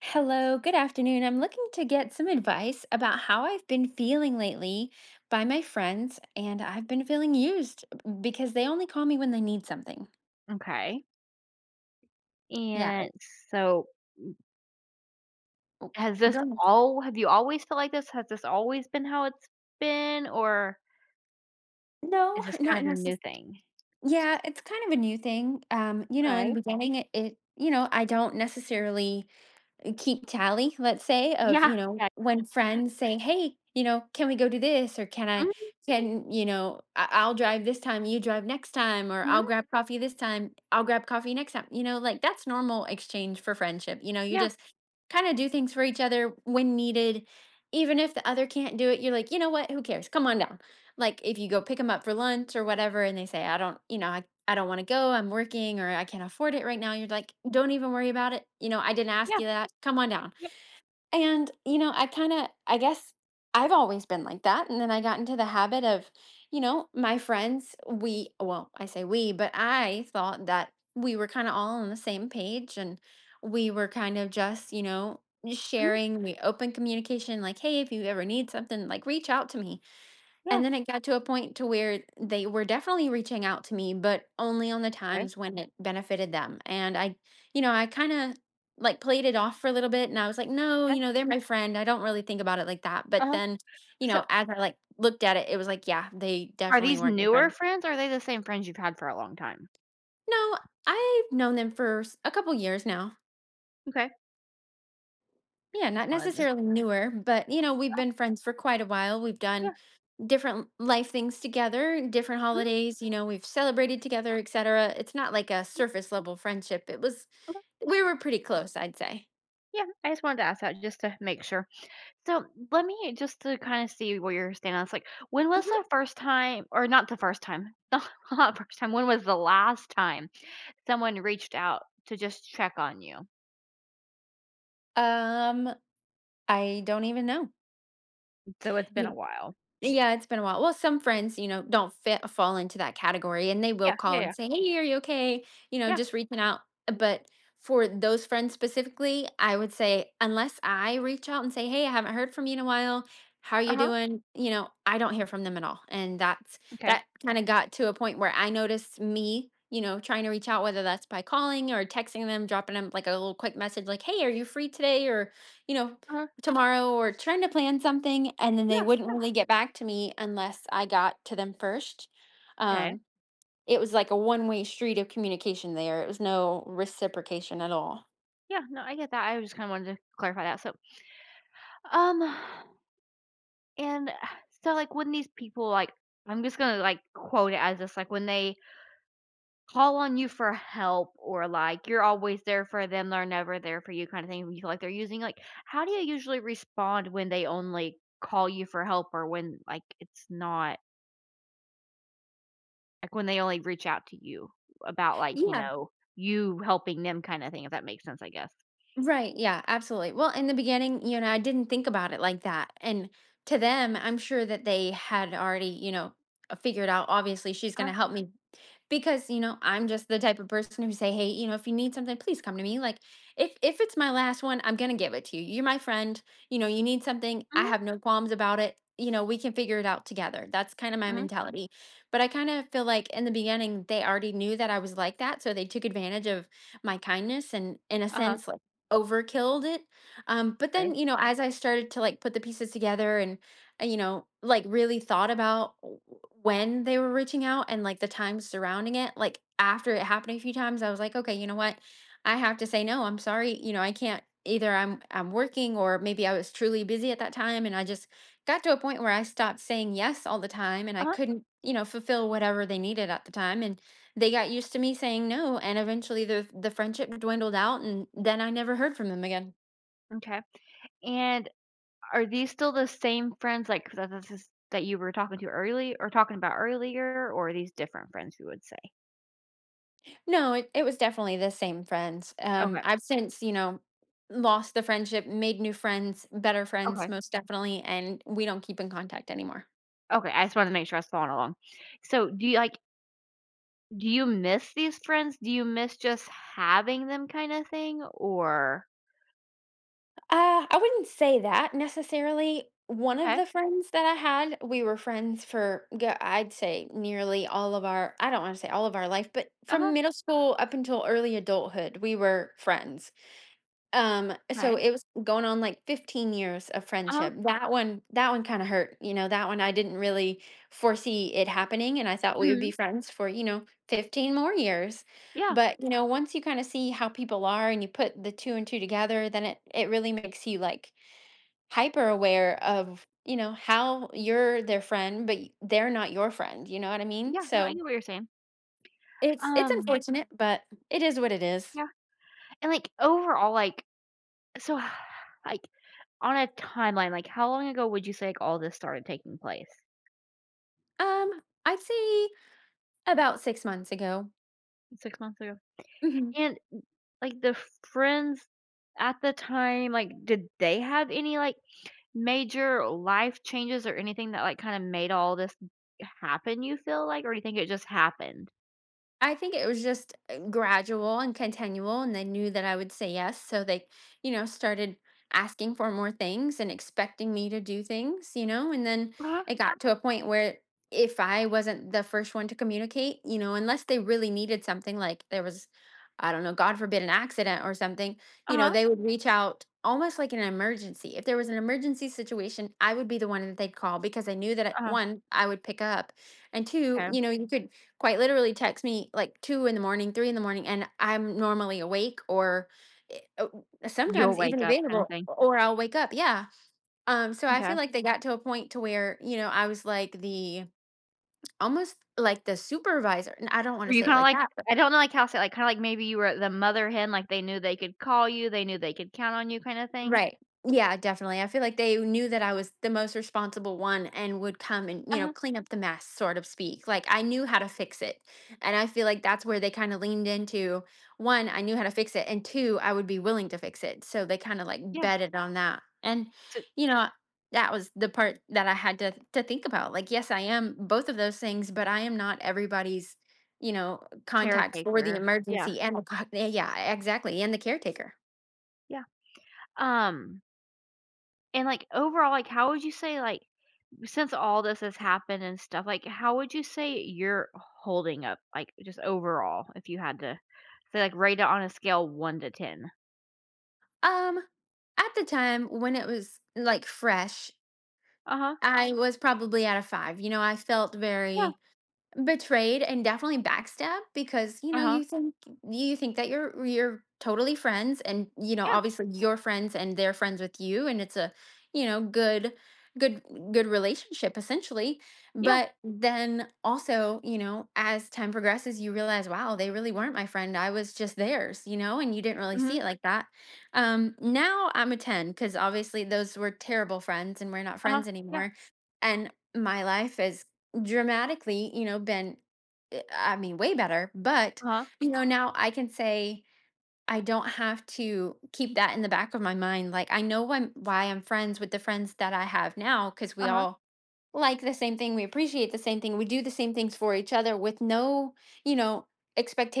Hello, good afternoon. I'm looking to get some advice about how I've been feeling lately by my friends, and I've been feeling used because they only call me when they need something. Okay. Yeah. And so Oh, has this go ahead. all have you always felt like this? Has this always been how it's been, or is No, this kind not of a necessarily. new thing? Yeah, it's kind of a new thing. In Okay. the beginning, I don't necessarily keep tally, let's say, of, Yeah. you know, Yeah. when friends say, "Hey, can we go do this?" or "Can I Mhm. can, you know, I- I'll drive this time, you drive next time," or Mhm, "I'll grab coffee this time, I'll grab coffee next time." Like that's normal exchange for friendship. You yeah. just kind of do things for each other when needed. Even if the other can't do it, you're like, "You know what? Who cares? Come on down." Like, if you go pick them up for lunch or whatever, and they say, "I don't, I don't want to go. I'm working, or I can't afford it right now." You're like, "Don't even worry about it. I didn't ask Yeah, you that. Come on down." yep. And, I kind of, I guess I've always been like that. And then I got into the habit of, my friends, we, well, I say we, but I thought that we were kind of all on the same page, and we were kind of just, Mhm, sharing, we open communication, like, hey, if you ever need something, like reach out to me. yeah. And then it got to a point to where they were definitely reaching out to me, but only on the Okay, times when it benefited them. And I, I kind of like played it off for a little bit, and I was like, no, okay, they're my friend. I don't really think about it like that. But uh-huh. then, So, as I like looked at it, it was like, yeah, they are definitely these weren't my newer friend. friends, or are they the same friends you've had for a long time? No, I've known them for a couple years now. Okay. Yeah, Just not wanted to— necessarily newer, but we've been friends for quite a while. We've yeah. done different life things together, different Mhm, holidays, we've celebrated together, etc. It's not like a mhm, surface level friendship. It was okay. we were pretty close, I'd say. Yeah, I just wanted to ask that just to make sure. So let me just to kind of see where you're standing on this. Like, when was Mhm. the first time, or not the first time, not first time, when was the last time someone reached out to just check on you? Um, I don't even know. So it's been a while. Yeah, it's been a while. Well, some friends, don't fit fall into that category, and they will Yeah, call yeah, and yeah, say, "Hey, are you okay?" Yeah. just reaching out. But for those friends specifically, I would say unless I reach out and say, "Hey, I haven't heard from you in a while. How are Uh you huh. doing?" I don't hear from them at all. And Okay. that kind of got to a point where I noticed me, trying to reach out, whether that's by calling or texting them, dropping them like a little quick message like, "Hey, are you free today?" or, you know, Uh huh. tomorrow, or trying to plan something, and then they Yeah. wouldn't really get back to me unless I got to them first. Okay. Um, it was like a one-way street of communication there. It was no reciprocation at all. Yeah. No, I get that. I just kind of wanted to clarify that. So, um, and so like when these people like, I'm just gonna like quote it as this, like when they call on you for help, or, like, you're always there for them, they're never there for you kinda thing, you feel like they're using, like, how do you usually respond when they only call you for help, or when, like, it's not like, when they only reach out to you about, like, you Yeah, know, you helping them kinda thing, if that makes sense, I guess? right. Yeah, absolutely. Well, in the beginning, I didn't think about it like that. And to them, I'm sure that they had already, figured out, obviously she's going Uh, to help me because I'm just the type of person who say, "Hey, if you need something, please come to me. Like, if it's my last one, I'm gonna give it to you. You're my friend. You need something, I mhm, have no qualms about it. We can figure it out together." That's kind of my mhm, mentality. But I kind of feel like in the beginning they already knew that I was like that, so they took advantage of my kindness and in a uh-huh, sense like overkilled it. But okay, then, as I started to like put the pieces together and like really thought about when they were reaching out and like the time surrounding it. Like, after it happened a few times, I was like, okay, you know what? I have to say no. I'm sorry. I can't. Either I'm working, or maybe I was truly busy at that time, and I just got to a point where I stopped saying yes all the time and I uh-huh. couldn't, fulfill whatever they needed at the time. And they got used to me saying no, and eventually the friendship dwindled out, and then I never heard from them again. Okay. And are these still the same friends, like, that this is that you were talking to early, or talking about earlier, or are these different friends, you would say? No, it was definitely the same friends. Okay, I've since, lost the friendship, made new friends, better friends, okay. most definitely, and we don't keep in contact anymore. Okay, I just wanted to make sure I was following along. So, do you miss these friends? Do you miss just having them kinda thing? Or— I wouldn't say that necessarily. One of okay. the friends that I had, we were friends for, I'd say, nearly all of our, I don't want to say all of our life, but from Uh-huh. middle school up until early adulthood, we were friends. So Okay. it was going on like 15 years of Uh-huh. friendship. That one kind of hurt. That one I didn't really foresee it happening, and I thought we would be Mhm. friends for, 15 more years. Yeah. But, once you kind of see how people are, and you put the two and two together, then it really makes you like hyper aware of, how you're their friend, but they're not your friend. You know what I mean? Yeah, no, I So get what you're saying. It's Um, unfortunate, but it is what it is. yeah, and, like, overall, like so, like, on a timeline, like, how long ago would you say, like, all this started taking place? Um, I'd say about 6 months ago. 6 months ago? Mhm. And, like, the friends at the time, like, did they have any, like, major life changes or anything that, like, kinda made all this happen, you feel like, or do you think it just happened? I think it was just gradual and continual, and they knew that I would say yes. So they, started asking for more things and expecting me to do things. And then Uh-huh, it got to a point where, if I wasn't the first one to communicate, unless they really needed something, like there was, I don't know, God forbid, an accident or something, uh-huh, they would reach out almost like in an emergency. If there was an emergency situation, I would be the one that they'd call, because I knew that uh-huh. one, I would pick up, and two, Okay, you could quite literally text me like 2 in the morning, 3 in the morning, and I'm normally awake, or eh, uh, you'll sometimes even wake up kinda available, thing. or I'll wake up. Yeah. So I Okay. feel like they got to a point to where I was like the almost like the supervisor. And I don't want Were to you say it kinda like like, that. I don't know, like, how to say, like, kinda like maybe you were the mother hen, like, they knew they could call you, they knew they could count on you kinda thing? Right. Yeah, definitely. I feel like they knew that I was the most responsible one and would come and, Uh-huh, clean up the mess, sort of speak. Like, I knew how to fix it. And I feel like that's where they kind of leaned into, one, I knew how to fix it, and two, I would be willing to fix it. So they kind of like yeah. betted on that. And, So you know, that was the part that I had to think about. Like, yes, I am both of those things, but I am not everybody's, you know, contacts for the caretaker. Yeah, emergency and the yeah, exactly. And the caretaker. yeah. Um, and, like, overall, like, how would you say, like, since all this has happened and stuff, like, how would you say you're holding up, like, just overall, if you had to say, like, rate it on a scale 1 to 10? Um, at the time when it was, like, fresh, Uh-huh, I was probably at a 5. I felt yeah, very betrayed and definitely backstabbed, because, uh-huh, you think that you're totally friends, and, yeah, obviously you're friends and they're friends with you, and it's a, you know, good good good relationship essentially. yeah, But then also, as time progresses, you realize, wow, they really weren't my friend. I was just theirs, and you didn't really see mhm, it like that. Now I'm a 10, because obviously those were terrible friends and we're not uh-huh, friends yeah, anymore. And my life is dramatically, been, I mean, way better. But, uh-huh, now I can say I don't have to keep that in the back of my mind. Like, I know I why I'm friends with the friends that I have now, because we uh-huh. all like the same thing. We appreciate the same thing. We do the same things for each other with no, you know,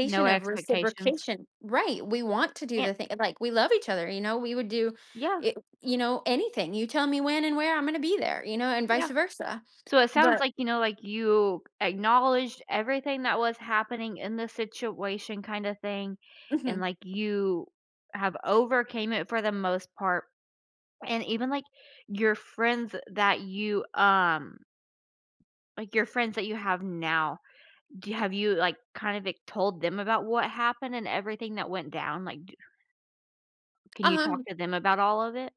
No of expectations. reciprocation. Right. We want to do And the thing. Like, we love each other. We would do yeah, it, anything. You tell me when and where, I'm going to be there, and yeah. vice versa. So it sounds But, like, you know, like, you acknowledged everything that was happening in the situation kinda thing, uh and, like, you have overcame it for the most part. And even your friends that you um your friends that you have now, do have you like kind of like told them about what happened and everything that went down? Like, d can you talk huh. to them about all of it?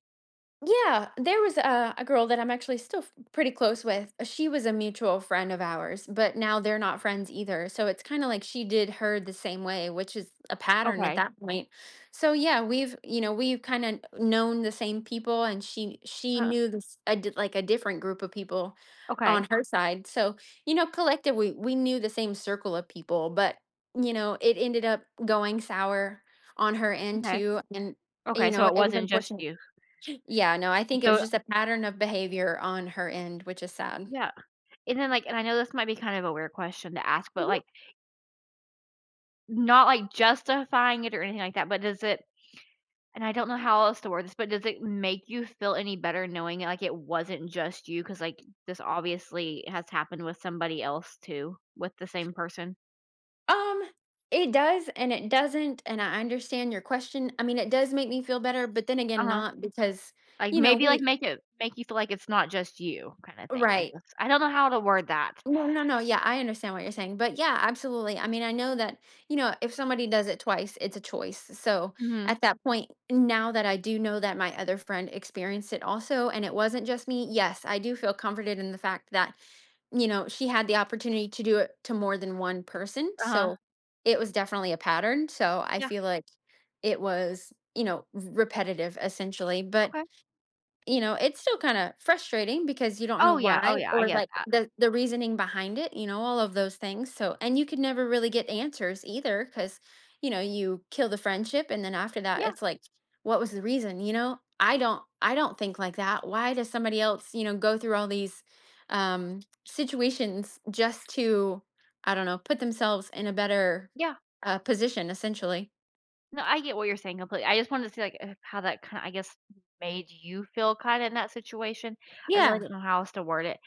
Yeah, there was a girl that I'm actually still pretty close with. She was a mutual friend of ours, but now they're not friends either. So it's kind of like she did her the same way, which is a pattern at Okay. that point. So yeah, we've kind of known the same people, and she Huh. knew like a different group of people Okay. on her side. So, collectively we knew the same circle of people, but it ended up going sour on her end Okay. too, and Okay, so it it was wasn't just unfortunate. you. Yeah, no, I think it So was just a pattern of behavior on her end, which is sad. yeah, and then like, and I know this might be kind of a weird question to ask, but Mhm. like, not like justifying it or anything like that, but does it— and I don't know how else to word this, but does it make you feel any better knowing, like, it wasn't just you? Because like, this obviously has happened with somebody else too, with the same person. Um, it does and it doesn't, and I understand your question. I mean, it does make me feel better, but then again, Uh-huh. not because, Like, you know, maybe, like, we make it make you feel like it's not just you kinda thing, I Right. guess. I don't know how to word that. No, no, no. Yeah, I understand what you're saying. But yeah, absolutely. I mean, I know that, if somebody does it twice, it's a choice. So Mhm. at that point, now that I do know that my other friend experienced it also, and it wasn't just me, yes, I do feel comforted in the fact that, she had the opportunity to do it to more than one person. Uh-huh. So it was definitely a pattern. So I Yeah, feel like it was, repetitive essentially. But okay. It's still kind of frustrating because you don't know Oh, yeah, oh, why, yeah, I or get like that. The reasoning behind it, all of those things. So, and you could never really get answers either, cuz you kill the friendship, and then after that Yeah, it's like, what was the reason, you know? I don't think like that. Why does somebody else, go through all these situations, just to, I don't know, put themselves in a better yeah. Position essentially. No, I get what you're saying completely. I just wanted to see, like, if how that kinda, I guess, made you feel kinda in that situation. I really Yeah. didn't know how else to word it.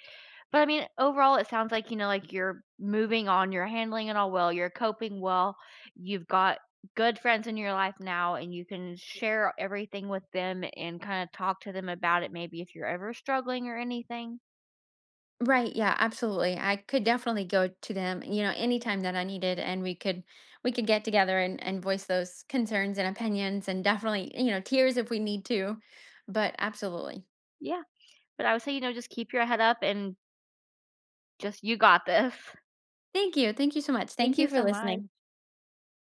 But I mean, overall, it sounds like, you know, like you're moving on, you're handling it all well, you're coping well, you've got good friends in your life now, and you can share everything with them and kind of talk to them about it, maybe if you're ever struggling or anything. Right, yeah, absolutely. I could definitely go to them, anytime that I needed, and we could get together and voice those concerns and opinions, and definitely, tears if we need to. But absolutely. Yeah. But I would say, you know, just keep your head up and just, you got this. Thank you. Thank you so much. Thank Thank you you for so much. listening.